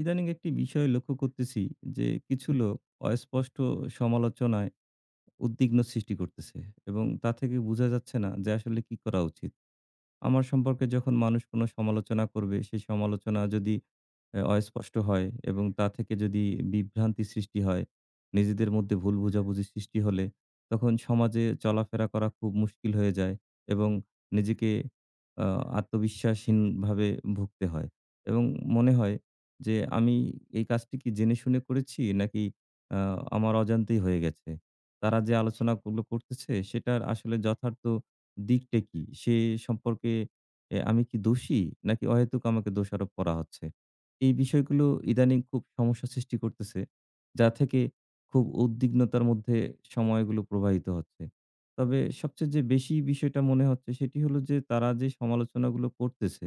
ইদানিং একটি বিষয় লক্ষ্য করতেছি যে কিছু লোক অস্পষ্ট সমালোচনায় উদ্বিগ্ন সৃষ্টি করতেছে এবং তা থেকে বোঝা যাচ্ছে না যে আসলে কি করা উচিত। আমার সম্পর্কে যখন মানুষ কোনো সমালোচনা করবে সেই সমালোচনা যদি অস্পষ্ট হয় এবং তা থেকে যদি বিভ্রান্তি সৃষ্টি হয়, নিজেদের মধ্যে ভুল বোঝাবুঝি সৃষ্টি হলে তখন সমাজে চলাফেরা করা খুব মুশকিল হয়ে যায় এবং নিজেকে আ আত্মবিশ্বাসহীনভাবে ভুগতে হয় এবং মনে হয় যে আমি এই কাজটি কি জেনে শুনে করেছি নাকি আ আমার অজান্তেই হয়ে গেছে। তারা যে আলোচনাগুলো করতেছে সেটার আসলে যথার্থ দিকটা কি? সে সম্পর্কে আমি কি দোষী নাকি অহেতুক আমাকে দোষারোপ করা হচ্ছে? এই বিষয়গুলো ইদানিং খুব সমস্যা সৃষ্টি করতেছে। যা থেকে খুব উদ্বিগ্নতার মধ্যে সময়গুলো প্রবাহিত হচ্ছে। তবে সবচেয়ে যে বেশি বিষয়টা মনে হচ্ছে সেটি হলো যে তারা যে সমালোচনাগুলো করতেছে,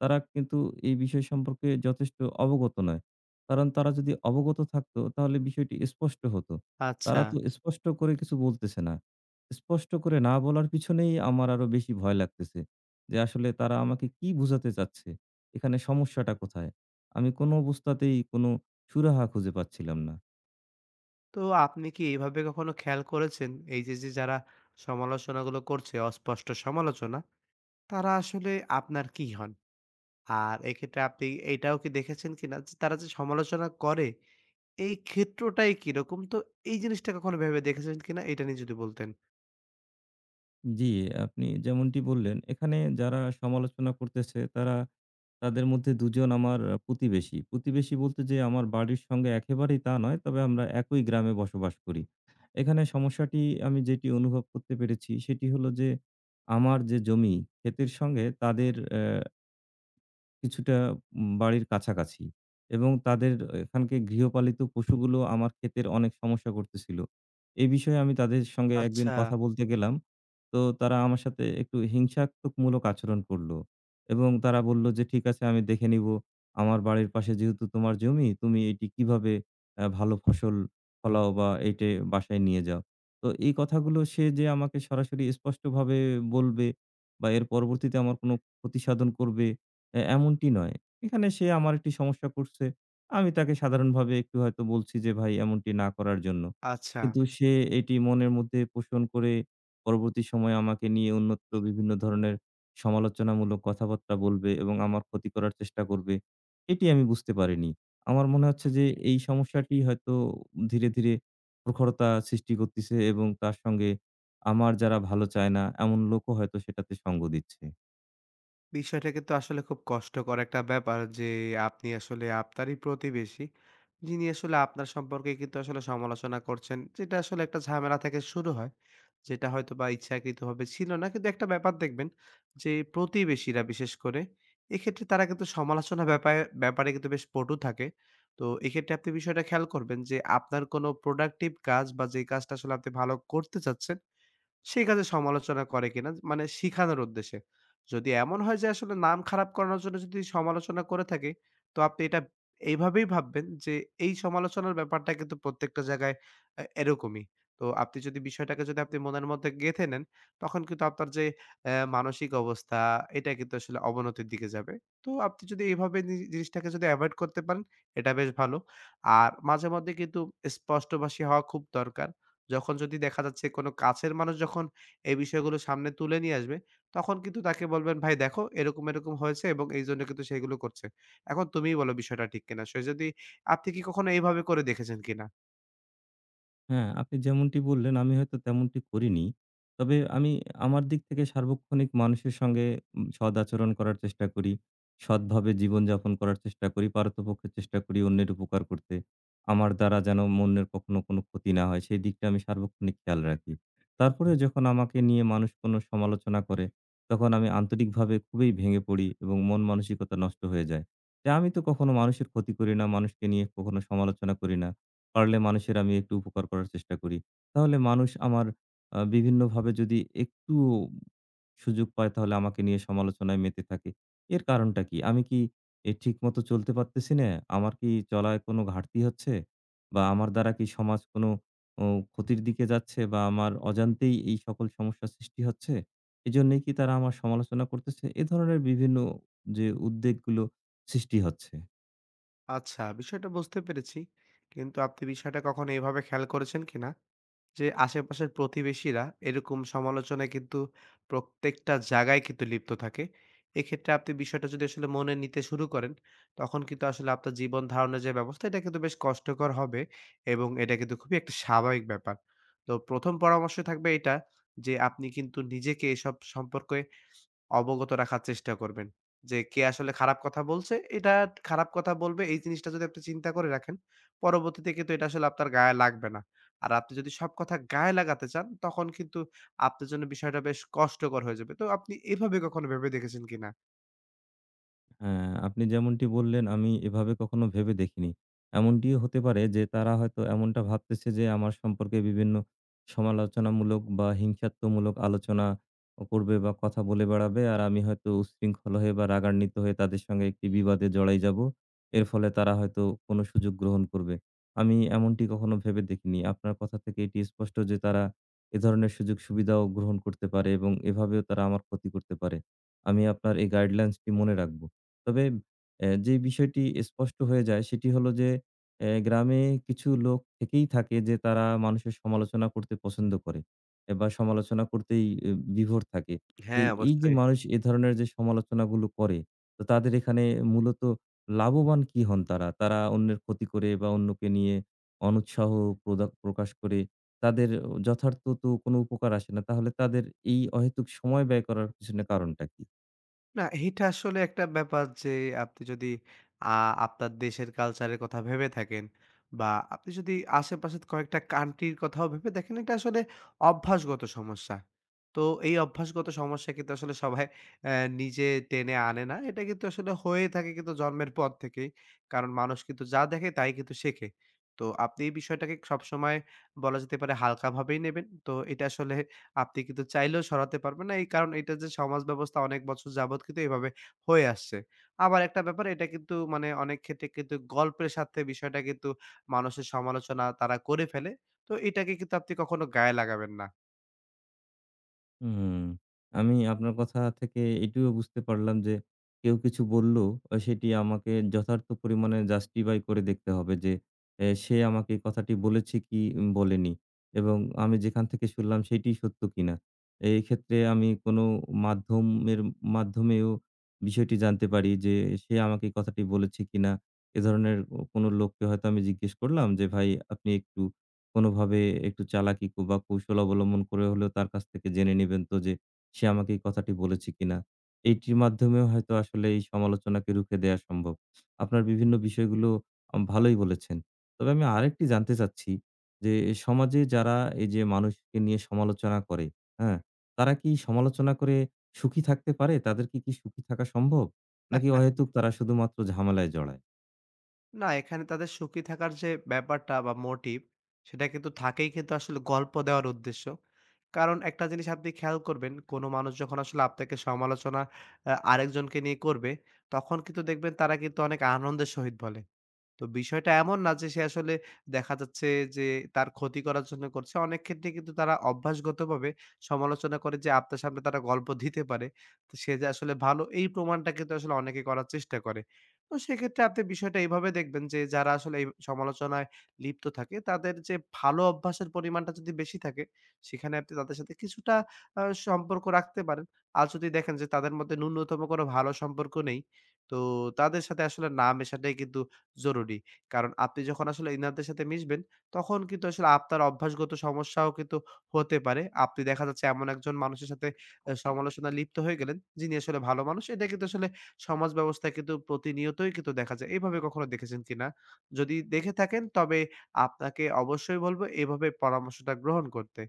তারা কিন্তু এই বিষয় সম্পর্কে যথেষ্ট অবগত নয়। কারণ তারা যদি অবগত থাকতো তাহলে বিষয়টি স্পষ্ট হতো। আচ্ছা। তারা তো স্পষ্ট করে কিছু বলতেছে না। স্পষ্ট করে না বলার পিছনেই আমার আরো বেশি ভয় লাগতেছে। যে আসলে তারা আমাকে কি বুঝাতে চাচ্ছে? এখানে সমস্যাটা কোথায়? আমি কোনো অবস্থাতেই কোনো সুরাহা খুঁজে পাচ্ছিলাম না। তো আপনি কি এভাবে কখনো খেয়াল করেছেন, এই যে, যে, যারা সমালোচনাগুলো করছে অস্পষ্ট সমালোচনা, তারা আসলে আপনার কি হন? আর এক্ষেত্রে আপনি এটাও কি দেখেছেন কিনা যে, সমালোচনা করে, এই ক্ষেত্রটাই কিরকম? তো এই জিনিসটা কখনো ভেবে দেখেছেন কিনা? এটা নিয়ে যদি বলতেন। জি, আপনি যেমনটি বললেন, এখানে যারা সমালোচনা করতেছে তারা তাদের মধ্যে ২ জন আমার প্রতিবেশী। প্রতিবেশী বলতে যে আমার বাড়ির সঙ্গে একেবারেই তা নয়, তবে আমরা একই গ্রামে বসবাস করি। এখানে সমস্যাটি আমি যেটি অনুভব করতে পেরেছি সেটি হলো যে, আমার যে জমি, ক্ষেতের সঙ্গে তাদের কিছুটা বাড়ির কাছাকাছি এবং তাদের এখানকে গৃহপালিত পশুগুলো আমার ক্ষেতের অনেক সমস্যা করতেছিল। এই বিষয়ে আমি তাদের সঙ্গে একদিন আচ্ছা, কথা বলতে গেলাম। তো তারা আমার সাথে একটু হিংসাত্মকমূলক আচরণ করলো এবং তারা বলল যে, "ঠিক আছে আমি দেখে নিব। আমার বাড়ির পাশে যেহেতু তোমার জমি, তুমি এটি কিভাবে ভালো ফসল ফলাও বা এইটে বাসায় নিয়ে যাও।" তো এই কথাগুলো সে যে আমাকে সরাসরি স্পষ্টভাবে বলবে বা এর পরবর্তীতে আমার কোনো ক্ষতিসাধন করবে এমনটি নয়। এখানে সে আমার একটি সমস্যা করছে। আমি তাকে সাধারণভাবে একটু হয়তো বলছি যে, "ভাই এমনটি না করার জন্য।" আচ্ছা। কিন্তু সে এটি মনের মধ্যে পোষণ করে পরবর্তী সময়ে আমাকে নিয়ে অন্যত্র বিভিন্ন ধরনের সমালোচনামূলক কথাবার্তা বলবে এবং আমার ক্ষতি করার চেষ্টা করবে। এটি আমি বুঝতে পারিনি। আমার মনে হচ্ছে যে এই সমস্যাটি হয়তো ধীরে, ধীরে প্রখরতা সৃষ্টি করতেছে এবং তার সঙ্গে আমার যারা ভালো চায় না এমন লোকও হয়তো সেটাতে সঙ্গ দিচ্ছে। বিষয়টা কিন্তু আসলে খুব কষ্টকর একটা ব্যাপার যে আপনি আসলে আপনারই প্রতিবেশী যিনি আসলে আপনার সম্পর্কে কিন্তু আসলে সমালোচনা করছেন, যেটা আসলে একটা ঝামেলা থেকে শুরু হয়, যেটা হয়তো বা ইচ্ছাকৃতভাবে ছিল না। কিন্তু একটা ব্যাপার দেখবেন যে প্রতিবেশীরা বিশেষ করে এক্ষেত্রে তারা কিন্তু সমালোচনা ব্যাপারে ব্যাপারে কিন্তু বেশ পটু থাকে। তো এক্ষেত্রে আপনি বিষয়টা খেয়াল করবেন যে আপনার কোনো প্রোডাক্টিভ কাজ বা যে কাজটা আসলে আপনি ভালো করতে চাচ্ছেন সেক্ষেত্রে সমালোচনা করে কিনা? মানে শিখানোর উদ্দেশ্যে। যদি এমন হয় যে আসলে নাম খারাপ করানোর জন্য যদি সমালোচনা করে থাকে, তো আপনি এটা এইভাবেই ভাববেন যে এই সমালোচনার ব্যাপারটা কিন্তু প্রত্যেকটা জায়গায় এরকমই। তো আপনি যদি বিষয়টাকে যদি আপনি মনের মধ্যে গেঁথে নেন, তখন কিন্তু আপনার যে মানসিক অবস্থা এটা কিন্তু আসলে অবনতির দিকে যাবে। তো আপনি যদি এভাবে জিনিসটাকে যদি এভয়েড করতে পারেন, এটা বেশ ভালো। আর মাঝে মধ্যে কিন্তু স্পষ্টভাষী হওয়া খুব দরকার। যখন যদি দেখা যাচ্ছে কোনো কাছের মানুষ যখন এই বিষয়গুলো সামনে তুলে নিয়ে আসবে, তখন কিন্তু তাকে বলবেন, "ভাই দেখো এরকম, এরকম হয়েছে এবং এইজন্য কিন্তু সে এগুলো করছে।" এখন তুমিই বলো বিষয়টা ঠিক কিনা? সে যদি আপনি কি কখনো এইভাবে করে দেখেছেন কিনা? হ্যাঁ, আপনি যেমনটি বললেন আমি হয়তো তেমনটি করিনি। তবে আমি আমার দিক থেকে সার্বক্ষণিক মানুষের সঙ্গে সৎ আচরণ করার চেষ্টা করি। সৎভাবে জীবনযাপন করার চেষ্টা করি। পারতপক্ষে চেষ্টা করি অন্যের উপকার করতে। আমার দ্বারা যেন অন্যের কখনো কোনো ক্ষতি না হয় সেই দিকটা আমি সার্বক্ষণিক খেয়াল রাখি। তারপরেও যখন আমাকে নিয়ে মানুষ কোনো সমালোচনা করে তখন আমি আন্তরিকভাবে খুবই ভেঙে পড়ি এবং মন মানসিকতা নষ্ট হয়ে যায়। যে আমি তো কখনো মানুষের ক্ষতি করি না, মানুষকে নিয়ে কখনো সমালোচনা করি না। পারলে মানুষের আমি একটু উপকার করার চেষ্টা করি। তাহলে মানুষ আমার বিভিন্নভাবে যদি একটু সুযোগ পায় তাহলে আমাকে নিয়ে সমালোচনায় মেতে থাকে। এর কারণটা কি? আমি কি ঠিকমতো চলতে পারতেছি না? আমার কি চলায় কোনো ঘাটতি হচ্ছে? বা আমার দ্বারা কি সমাজ কোনো ও ক্ষতির দিকে যাচ্ছে? বা আমার অজান্তেই এই সকল সমস্যার সৃষ্টি হচ্ছে? এজন্যই কি তারা আমার সমালোচনা করতেছে? এ ধরনের বিভিন্ন যে উদ্বেগগুলো সৃষ্টি হচ্ছে। আচ্ছা, বিষয়টা বুঝতে পেরেছি। কিন্তু আপনি বিষয়টা কখনো এভাবে খেয়াল করেছেন কিনা? যে আশেপাশের প্রতিবেশীরা এরকম সমালোচনায় কিন্তু প্রত্যেকটা জায়গায় কিন্তু লিপ্ত থাকে। এক্ষেত্রে আপনি বিষয়টা যদি আসলে মনে নিতে শুরু করেন, তখন কিন্তু আসলে আপনার জীবন ধারণের যে ব্যবস্থা, এটা কিন্তু বেশ কষ্টকর হবে এবং এটা কিন্তু খুবই একটা স্বাভাবিক ব্যাপার। তো ১ম পরামর্শ থাকবে এটা, যে আপনি কিন্তু নিজেকে এসব সম্পর্কে অবগত রাখার চেষ্টা করবেন। যে কে আসলে খারাপ কথা বলছে, এটা খারাপ কথা বলবে এই জিনিসটা যদি আপনি চিন্তা করে রাখেন, পরবর্তীতে কিন্তু এটা আসলে আপনার গায়ে লাগবে না। আর আপনি যদি সব কথা গায়ে লাগাতে চান, তখন কিন্তু আপনার জন্য বিষয়টা বেশ কষ্টকর হয়ে যাবে। তো আপনি এভাবে কখনো ভেবে দেখেছেন কিনা? হ্যাঁ, আপনি যেমনটি বললেন আমি এভাবে কখনো ভেবে দেখিনি। এমনটিও হতে পারে যে তারা হয়তো এমনটা ভাবতেছে যে আমার সম্পর্কে বিভিন্ন সমালোচনামূলক বা হিংসাত্মমূলক আলোচনা করবে বা কথা বলে বেড়াবে। আর আমি হয়তো উচ্ছৃঙ্খল হয়ে বা রাগান্বিত হয়ে তাদের সঙ্গে একটি বিবাদে জড়াই যাবো। এর ফলে তারা হয়তো কোনো সুযোগ গ্রহণ করবে। আমি এমনটি কখনো ভেবে দেখিনি। আপনার কথা থেকে এটি স্পষ্ট যে তারা এ ধরনের সুযোগ সুবিধাও গ্রহণ করতে পারে এবং এভাবেও তারা আমার ক্ষতি করতে পারে। আমি আপনার এই গাইডলাইনসটি মনে রাখব। তবে যে বিষয়টি স্পষ্ট হয়ে যায় সেটি হলো যে, গ্রামে কিছু লোক থেকেই থাকে যে তারা মানুষের সমালোচনা করতে পছন্দ করে বা সমালোচনা করতেই বিভোর থাকে। তো হ্যাঁ, এই যে অবশ্যই। মানুষ এ ধরনের যে সমালোচনাগুলো করে, তো তাদের এখানে মূলত লাভবান কি হন তারা? তারা অন্যের ক্ষতি করে বা অন্যকে নিয়ে অনুৎসাহ প্রকাশ করে তাদের যথার্থ তো কোনো উপকার আসে না। তাহলে তাদের এই অহেতুক সময় ব্যয় করার পিছনে কারণটা কি? না, এটা আসলে একটা ব্যাপার যে আপনি যদি আ আপনার দেশের কালচারের কথা ভেবে থাকেন বা আপনি যদি আশেপাশের কয়েকটা কান্ট্রির কথাও ভেবে দেখেন, এটা আসলে অভ্যাসগত সমস্যা। তো এই অভ্যাসগত সমস্যা কিন্তু আসলে সবাই অ্যা নিজে টেনে আনে না। এটা কিন্তু আসলে হয়ে থাকে কিন্তু জন্মের পর থেকেই। কারণ মানুষ কিন্তু যা দেখে তাই কিন্তু শেখে। তো আপনি এই বিষয়টাকে সবসময় বলা যেতে পারে হালকাভাবেই নেবেন। তো এটা আসলে আপনি কিন্তু চাইলেও সরাতে পারবেন না। এই কারণ এটা যে সমাজ ব্যবস্থা অনেক বছর যাবৎ কিন্তু এভাবে হয়ে আসছে। আবার একটা ব্যাপার, এটা কিন্তু মানে অনেক ক্ষেত্রে কিন্তু গল্পের সাথে বিষয়টা কিন্তু মানুষের সমালোচনা তারা করে ফেলে। তো এটাকে কিন্তু আপনি কখনো গায়ে লাগাবেন না। হুম, আমি আপনার কথা থেকে এটিও বুঝতে পারলাম যে কেউ কিছু বলল সেটি আমাকে যথার্থ পরিমাণে জাস্টিফাই করে দেখতে হবে যে সে আমাকে এই কথাটি বলেছে কি বলেনি এবং আমি যেখান থেকে শুনলাম সেটিই সত্য কিনা। এই ক্ষেত্রে আমি কোনো মাধ্যমের মাধ্যমেও বিষয়টি জানতে পারি যে সে আমাকে এই কথাটি বলেছে কিনা। এ ধরনের ও কোনো লোককে হয়তো আমি জিজ্ঞেস করলাম যে, "ভাই আপনি একটু" কোনোভাবে একটু চালাকি বা কৌশল অবলম্বন করে হলেও তার কাছ থেকে জেনে নিবেন তো যে সে আমাকে এই কথাটি বলেছে কিনা। এইটির মাধ্যমেও হয়তো আসলে এই সমালোচনাকে রুখে দেয়া সম্ভব। আপনার বিভিন্ন বিষয়গুলো ভালোই বলেছেন। তবে আমি আরেকটি জানতে চাচ্ছি যে সমাজে যারা এই যে মানুষকে নিয়ে সমালোচনা করে, হ্যাঁ? তারা কি সমালোচনা করে সুখী থাকতে পারে? তাদের কি সুখী থাকা সম্ভব? নাকি হ্যাঁ? অহেতুক তারা শুধুমাত্র ঝামেলায় জড়ায়? না, এখানে তাদের সুখী থাকার যে ব্যাপারটা বা মোটিভ সেটা কিন্তু থাকেই কিন্তু আসলে গল্প দেওয়ার উদ্দেশ্য। কারণ একটা জিনিস আপনি খেয়াল করবেন, কোনো মানুষ যখন আসলে আপনাকে সমালোচনা আরেকজনকে নিয়ে করবে তখন কিন্তু দেখবেন তারা কিন্তু অনেক আনন্দের সহিত বলে। তো বিষয়টা এমন না যে সে আসলে দেখা যাচ্ছে যে তার ক্ষতি করার জন্য করছে। অনেক ক্ষেত্রে কিন্তু তারা অভ্যাসগতভাবে সমালোচনা করে যে আপনার সামনে তারা গল্প দিতে পারে। তো সে যে আসলে ভালো এই প্রমাণটা কিন্তু আসলে অনেকে করার চেষ্টা করে। তো সেক্ষেত্রে আপনি বিষয়টা এভাবে দেখবেন যে যারা আসলে এই সমালোচনায় লিপ্ত থাকে তাদের যে ভালো অভ্যাসের পরিমাণটা যদি বেশি থাকে সেখানে আপনি তাদের সাথে কিছুটা আ সম্পর্ক রাখতে পারেন। আর যদি দেখেন যে তাদের মধ্যে ন্যূনতম কোনো ভালো সম্পর্ক নেই তো তাদের সাথে আসলে না মেশাটাই কিন্তু জরুরি। কারণ আপনি যখন আসলে ইনারদের সাথে মিশবেন, তখন কিন্তু আসলে আপনার অভ্যাসগত সমস্যাও কিন্তু হতে পারে। আপনি দেখা যাচ্ছে এমন একজন মানুষের সাথে সমালোচনায় লিপ্ত হয়ে গেলেন, যিনি আসলে ভালো মানুষ। এটা কিন্তু আসলে সমাজ ব্যবস্থায় কিন্তু প্রতিনিয়তই কিন্তু দেখা যায়। এভাবে কখনো দেখেছেন কিনা? যদি দেখে থাকেন তবে আপনাকে অবশ্যই বলবো এভাবে পরামর্শটা গ্রহণ করতে।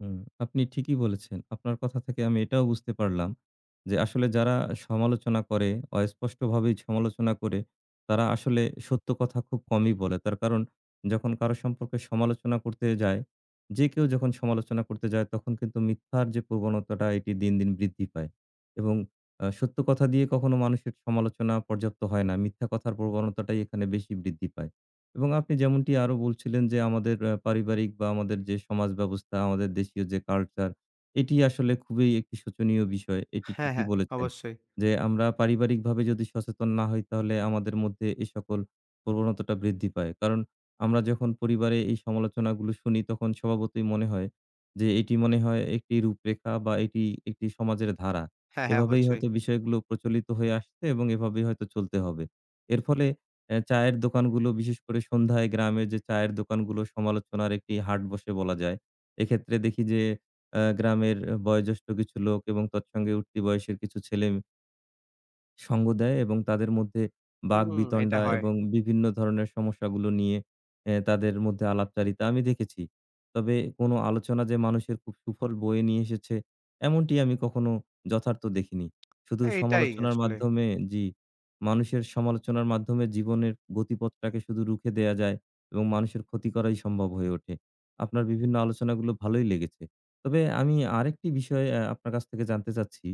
হুম, আপনি ঠিকই বলেছেন। আপনার কথা থেকে আমি এটাও বুঝতে পারলাম যে, আসলে যারা সমালোচনা করে, অস্পষ্টভাবেই সমালোচনা করে, তারা আসলে সত্য কথা খুব কমই বলে। তার কারণ যখন কারো সম্পর্কে সমালোচনা করতে যায়, যে কেউ যখন সমালোচনা করতে যায়, তখন কিন্তু মিথ্যার যে প্রবণতাটা, এটি দিন, দিন বৃদ্ধি পায় এবং সত্য কথা দিয়ে কখনো মানুষের সমালোচনা পর্যাপ্ত হয় না। মিথ্যা কথার প্রবণতাটাই এখানে বেশি বৃদ্ধি পায়। এবং আপনি যেমনটি আরো বলছিলেন যে আমাদের পারিবারিক বা আমাদের যে সমাজ ব্যবস্থা, আমাদের দেশীয় যে কালচার, এটি আসলে খুবই একটি শোচনীয় বিষয়। এটি হ্যাঁ, ঠিকই হ্যাঁ, বলেছেন। অবশ্যই। যে আমরা পারিবারিকভাবে যদি সচেতন না হই তাহলে আমাদের মধ্যে এ সকল প্রবণতাটা বৃদ্ধি পায়। কারণ আমরা যখন পরিবারে এই সমালোচনাগুলো শুনি তখন স্বভাবতই মনে হয় যে এটি মনে হয় একটি রূপরেখা বা এটি একটি সমাজের ধারা। হ্যাঁ, হ্যাঁ, এভাবেই অবশ্যই। হয়তো বিষয়গুলো প্রচলিত হয়ে আসছে এবং এভাবেই হয়তো চলতে হবে। এর ফলে চায়ের দোকানগুলো বিশেষ করে সন্ধ্যায় গ্রামের যে চায়ের দোকানগুলো সমালোচনার একটি হাট বসে বলা যায়। এক্ষেত্রে দেখি যে, গ্রামের বয়োজ্যেষ্ঠ কিছু লোক এবং তৎসঙ্গে উঠতি বয়সের কিছু ছেলে সঙ্গ দেয় এবং তাদের মধ্যে হুম, এটা বাকবিতণ্ডা হয়। এবং বিভিন্ন ধরনের সমস্যাগুলো নিয়ে তাদের মধ্যে আলাপচারিতা আমি দেখেছি। তবে কোনো আলোচনা যে মানুষের খুব সুফল বয়ে নিয়ে এসেছে, এমনটি আমি কখনো যথার্থ দেখিনি। শুধু এটাই সমালোচনার আসলে। মাধ্যমে জি, মানুষের সমালোচনার মাধ্যমে জীবনের গতিপথটাকে শুধু রুখে দেয়া যায় এবং মানুষের ক্ষতি করাই সম্ভব হয়ে ওঠে। আপনার বিভিন্ন আলোচনাগুলো ভালোই লেগেছে। তবে আমি আরেকটি বিষয় আপনার কাছ থেকে জানতে চাচ্ছি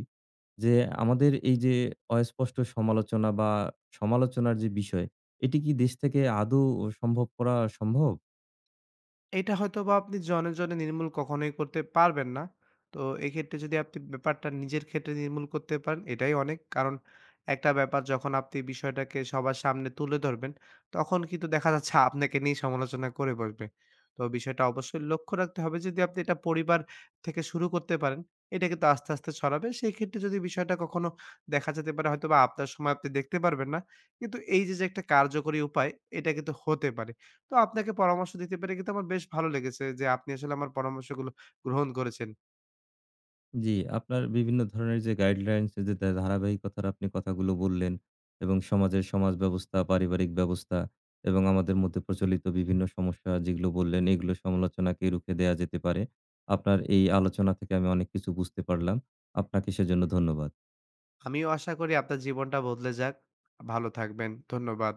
যে আমাদের এই যে অস্পষ্ট সমালোচনা বা সমালোচনার যে বিষয়, এটি কি দেশ থেকে আদৌ সম্ভব করা সম্ভব? এটা হয়তোবা আপনি জনে, জনে নির্মূল কখনোই করতে পারবেন না। তো এক্ষেত্রে যদি আপনি ব্যাপারটা নিজের ক্ষেত্রে নির্মূল করতে পারেন, এটাই অনেক। কারণ একটা ব্যাপার, যখন আপনি বিষয়টাকে সবার সামনে তুলে ধরবেন, তখন কিন্তু দেখা যাচ্ছে আপনাকে নিয়েই সমালোচনা করে বসবে। তো বিষয়টা অবশ্যই লক্ষ্য রাখতে হবে, যদি আপনি এটা পরিবার থেকে শুরু করতে পারেন, এটা কিন্তু আস্তে, আস্তে ছড়াবে। সেই ক্ষেত্রে যদি বিষয়টা কখনো দেখা যেতে পারে হয়তোবা আপনার সময় আপনি দেখতে পারবেন না। কিন্তু এই যে একটা কার্যকরী উপায়, এটা কিন্তু হতে পারে। তো আপনাকে পরামর্শ দিতে পেরে কিন্তু আমার বেশ ভালো লেগেছে যে আপনি আসলে আমার পরামর্শগুলো গ্রহণ করেছেন। জি, আপনার বিভিন্ন ধরনের যে গাইডলাইনস এর যে ধারাবাহিকতার আপনি কথাগুলো বললেন এবং সমাজের সমাজ ব্যবস্থা, পারিবারিক ব্যবস্থা এবং আমাদের মধ্যে প্রচলিত বিভিন্ন সমস্যা যেগুলো বললেন, এগুলো সমালোচনাকে রুখে দেয়া যেতে পারে। আপনার এই আলোচনা থেকে আমি অনেক কিছু বুঝতে পারলাম। আপনাকে সেজন্য ধন্যবাদ। আমিও আশা করি আপনার জীবনটা বদলে যাক। ভালো থাকবেন। ধন্যবাদ।